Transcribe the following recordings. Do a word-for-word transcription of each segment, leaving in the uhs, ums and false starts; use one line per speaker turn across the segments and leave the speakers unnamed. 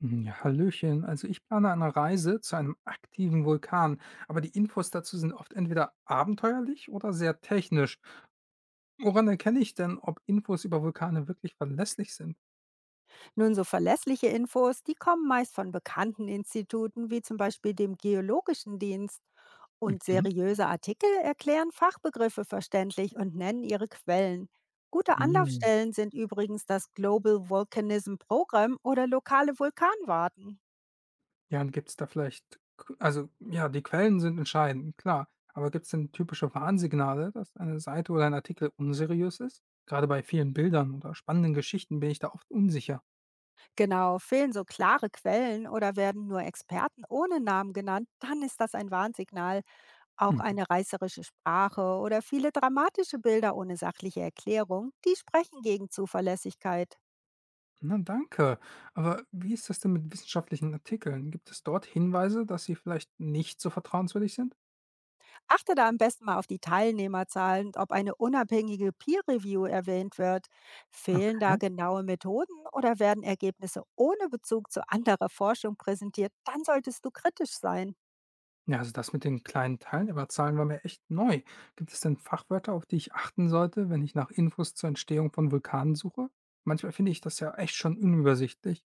Hm, ja, hallöchen. Also ich plane eine Reise zu einem aktiven Vulkan, aber die Infos dazu sind oft entweder abenteuerlich oder sehr technisch. Woran erkenne ich denn, ob Infos über Vulkane wirklich verlässlich sind?
Nun, so verlässliche Infos, die kommen meist von bekannten Instituten wie zum Beispiel dem Geologischen Dienst. Und
Mhm.
seriöse Artikel erklären Fachbegriffe verständlich und nennen ihre Quellen. Gute
Mhm.
Anlaufstellen sind übrigens das Global Volcanism Program oder lokale Vulkanwarten.
Ja, und gibt es da vielleicht, Qu- also ja, die Quellen sind entscheidend, klar, aber gibt es denn typische Warnsignale, dass eine Seite oder ein Artikel unseriös ist? Gerade bei vielen Bildern oder spannenden Geschichten bin ich da oft unsicher.
Genau, fehlen so klare Quellen oder werden nur Experten ohne Namen genannt, dann ist das ein Warnsignal. Auch eine reißerische Sprache oder viele dramatische Bilder ohne sachliche Erklärung, die sprechen gegen Zuverlässigkeit.
Na, danke. Aber wie ist das denn mit wissenschaftlichen Artikeln? Gibt es dort Hinweise, dass sie vielleicht nicht so vertrauenswürdig sind?
Achte da am besten mal auf die Teilnehmerzahlen und ob eine unabhängige Peer-Review erwähnt wird. Fehlen da
Okay.
genaue Methoden oder werden Ergebnisse ohne Bezug zu anderer Forschung präsentiert, dann solltest du kritisch sein.
Ja, also das mit den kleinen Teilnehmerzahlen war mir echt neu. Gibt es denn Fachwörter, auf die ich achten sollte, wenn ich nach Infos zur Entstehung von Vulkanen suche? Manchmal finde ich das ja echt schon unübersichtlich.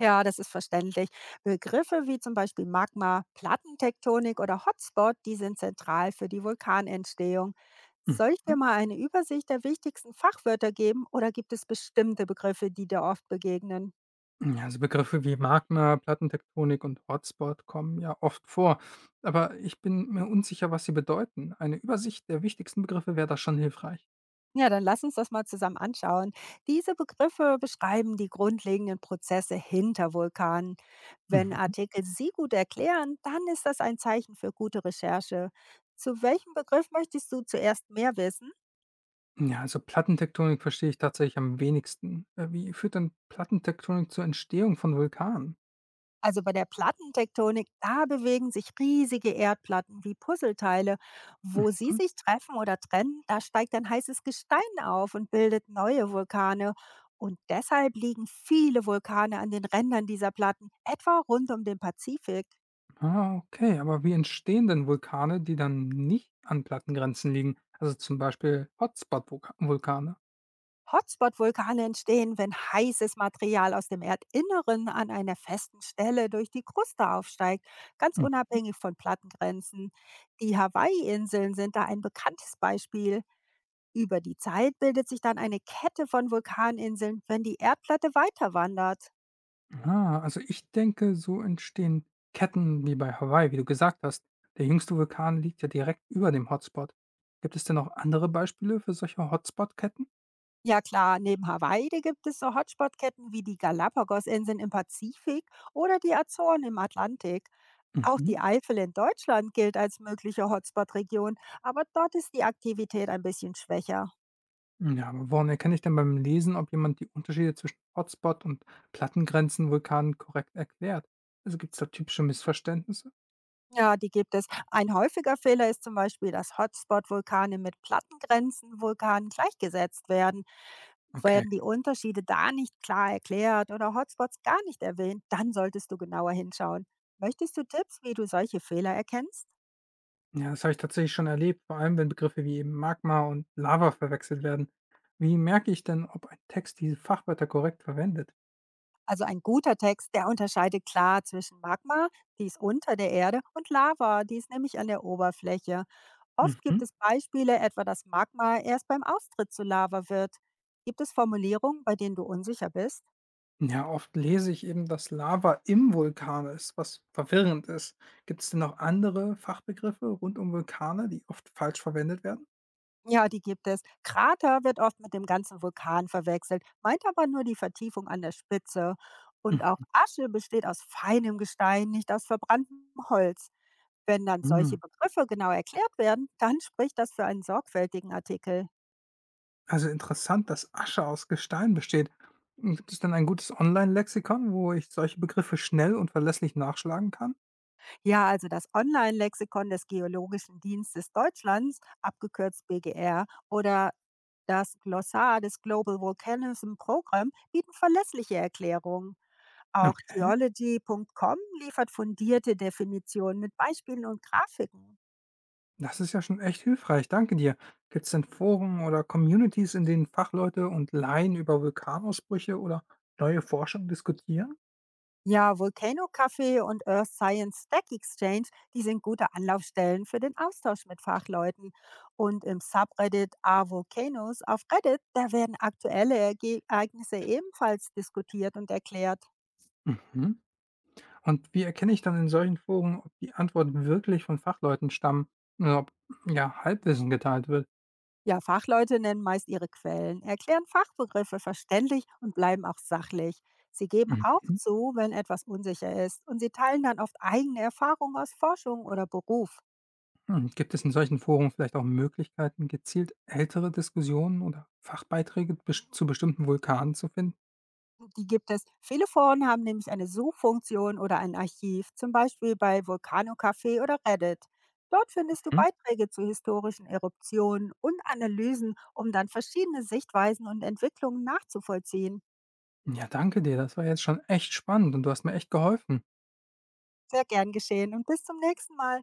Ja, das ist verständlich. Begriffe wie zum Beispiel Magma, Plattentektonik oder Hotspot, die sind zentral für die Vulkanentstehung.
Mhm.
Soll ich dir mal eine Übersicht der wichtigsten Fachwörter geben oder gibt es bestimmte Begriffe, die dir oft begegnen?
Ja, also Begriffe wie Magma, Plattentektonik und Hotspot kommen ja oft vor. Aber ich bin mir unsicher, was sie bedeuten. Eine Übersicht der wichtigsten Begriffe wäre da schon hilfreich.
Ja, dann lass uns das mal zusammen anschauen. Diese Begriffe beschreiben die grundlegenden Prozesse hinter Vulkanen. Wenn
Mhm.
Artikel sie gut erklären, dann ist das ein Zeichen für gute Recherche. Zu welchem Begriff möchtest du zuerst mehr wissen?
Ja, also Plattentektonik verstehe ich tatsächlich am wenigsten. Äh, wie führt denn Plattentektonik zur Entstehung von Vulkanen?
Also bei der Plattentektonik, da bewegen sich riesige Erdplatten wie Puzzleteile. Wo sie
Mhm.
sich treffen oder trennen, da steigt ein heißes Gestein auf und bildet neue Vulkane. Und deshalb liegen viele Vulkane an den Rändern dieser Platten, etwa rund um den Pazifik.
Ah, okay, aber wie entstehen denn Vulkane, die dann nicht an Plattengrenzen liegen? Also zum Beispiel Hotspot-Vulkane.
Hotspot-Vulkane entstehen, wenn heißes Material aus dem Erdinneren an einer festen Stelle durch die Kruste aufsteigt, ganz
Mhm.
unabhängig von Plattengrenzen. Die Hawaii-Inseln sind da ein bekanntes Beispiel. Über die Zeit bildet sich dann eine Kette von Vulkaninseln, wenn die Erdplatte weiter wandert.
Ah, also ich denke, so entstehen Ketten wie bei Hawaii, wie du gesagt hast. Der jüngste Vulkan liegt ja direkt über dem Hotspot. Gibt es denn noch andere Beispiele für solche Hotspot-Ketten?
Ja klar, neben Hawaii da gibt es so Hotspot-Ketten wie die Galapagos-Inseln im Pazifik oder die Azoren im Atlantik. Auch die Eifel in Deutschland gilt als mögliche Hotspot-Region, aber dort ist die Aktivität ein bisschen schwächer.
Ja, aber woran erkenne ich denn beim Lesen, ob jemand die Unterschiede zwischen Hotspot und Plattengrenzenvulkanen korrekt erklärt? Also gibt es da typische Missverständnisse?
Ja, die gibt es. Ein häufiger Fehler ist zum Beispiel, dass Hotspot-Vulkane mit Plattengrenzen-Vulkanen gleichgesetzt werden.
Okay.
Werden die Unterschiede da nicht klar erklärt oder Hotspots gar nicht erwähnt, dann solltest du genauer hinschauen. Möchtest du Tipps, wie du solche Fehler erkennst?
Ja, das habe ich tatsächlich schon erlebt, vor allem wenn Begriffe wie eben Magma und Lava verwechselt werden. Wie merke ich denn, ob ein Text diese Fachwörter korrekt verwendet?
Also ein guter Text, der unterscheidet klar zwischen Magma, die ist unter der Erde, und Lava, die ist nämlich an der Oberfläche. Oft
Mhm.
gibt es Beispiele, etwa dass Magma erst beim Austritt zu Lava wird. Gibt es Formulierungen, bei denen du unsicher bist?
Ja, oft lese ich eben, dass Lava im Vulkan ist, was verwirrend ist. Gibt es denn noch andere Fachbegriffe rund um Vulkane, die oft falsch verwendet werden?
Ja, die gibt es. Krater wird oft mit dem ganzen Vulkan verwechselt, meint aber nur die Vertiefung an der Spitze. Und auch Asche besteht aus feinem Gestein, nicht aus verbranntem Holz. Wenn dann
Mhm.
solche Begriffe genau erklärt werden, dann spricht das für einen sorgfältigen Artikel.
Also interessant, dass Asche aus Gestein besteht. Hm, gibt es denn ein gutes Online-Lexikon, wo ich solche Begriffe schnell und verlässlich nachschlagen kann?
Ja, also das Online-Lexikon des Geologischen Dienstes Deutschlands, abgekürzt B G R, oder das Glossar des Global Volcanism Program bieten verlässliche Erklärungen. Auch
Okay,
Geology Punkt com liefert fundierte Definitionen mit Beispielen und Grafiken.
das ist ja schon echt hilfreich, danke dir. Gibt es denn Foren oder Communities, in denen Fachleute und Laien über Vulkanausbrüche oder neue Forschung diskutieren?
Ja, Volcano Café und Earth Science Tech Exchange, die sind gute Anlaufstellen für den Austausch mit Fachleuten. Und im Subreddit A Volcanoes auf Reddit, da werden aktuelle Erge- Ereignisse ebenfalls diskutiert und erklärt.
Mhm. Und wie erkenne ich dann in solchen Foren, ob die Antworten wirklich von Fachleuten stammen oder ob ja Halbwissen geteilt wird?
Ja, Fachleute nennen meist ihre Quellen, erklären Fachbegriffe verständlich und bleiben auch sachlich. Sie geben auch
Mhm.
zu, wenn etwas unsicher ist und sie teilen dann oft eigene Erfahrungen aus Forschung oder Beruf.
Hm, gibt es in solchen Foren vielleicht auch Möglichkeiten, gezielt ältere Diskussionen oder Fachbeiträge bes- zu bestimmten Vulkanen zu finden?
Die gibt es. Viele Foren haben nämlich eine Suchfunktion oder ein Archiv, zum Beispiel bei Vulcano Café oder Reddit. Dort findest du
Hm?
Beiträge zu historischen Eruptionen und Analysen, um dann verschiedene Sichtweisen und Entwicklungen nachzuvollziehen.
Ja, danke dir. Das war jetzt schon echt spannend und du hast mir echt geholfen.
Sehr gern geschehen und bis zum nächsten Mal.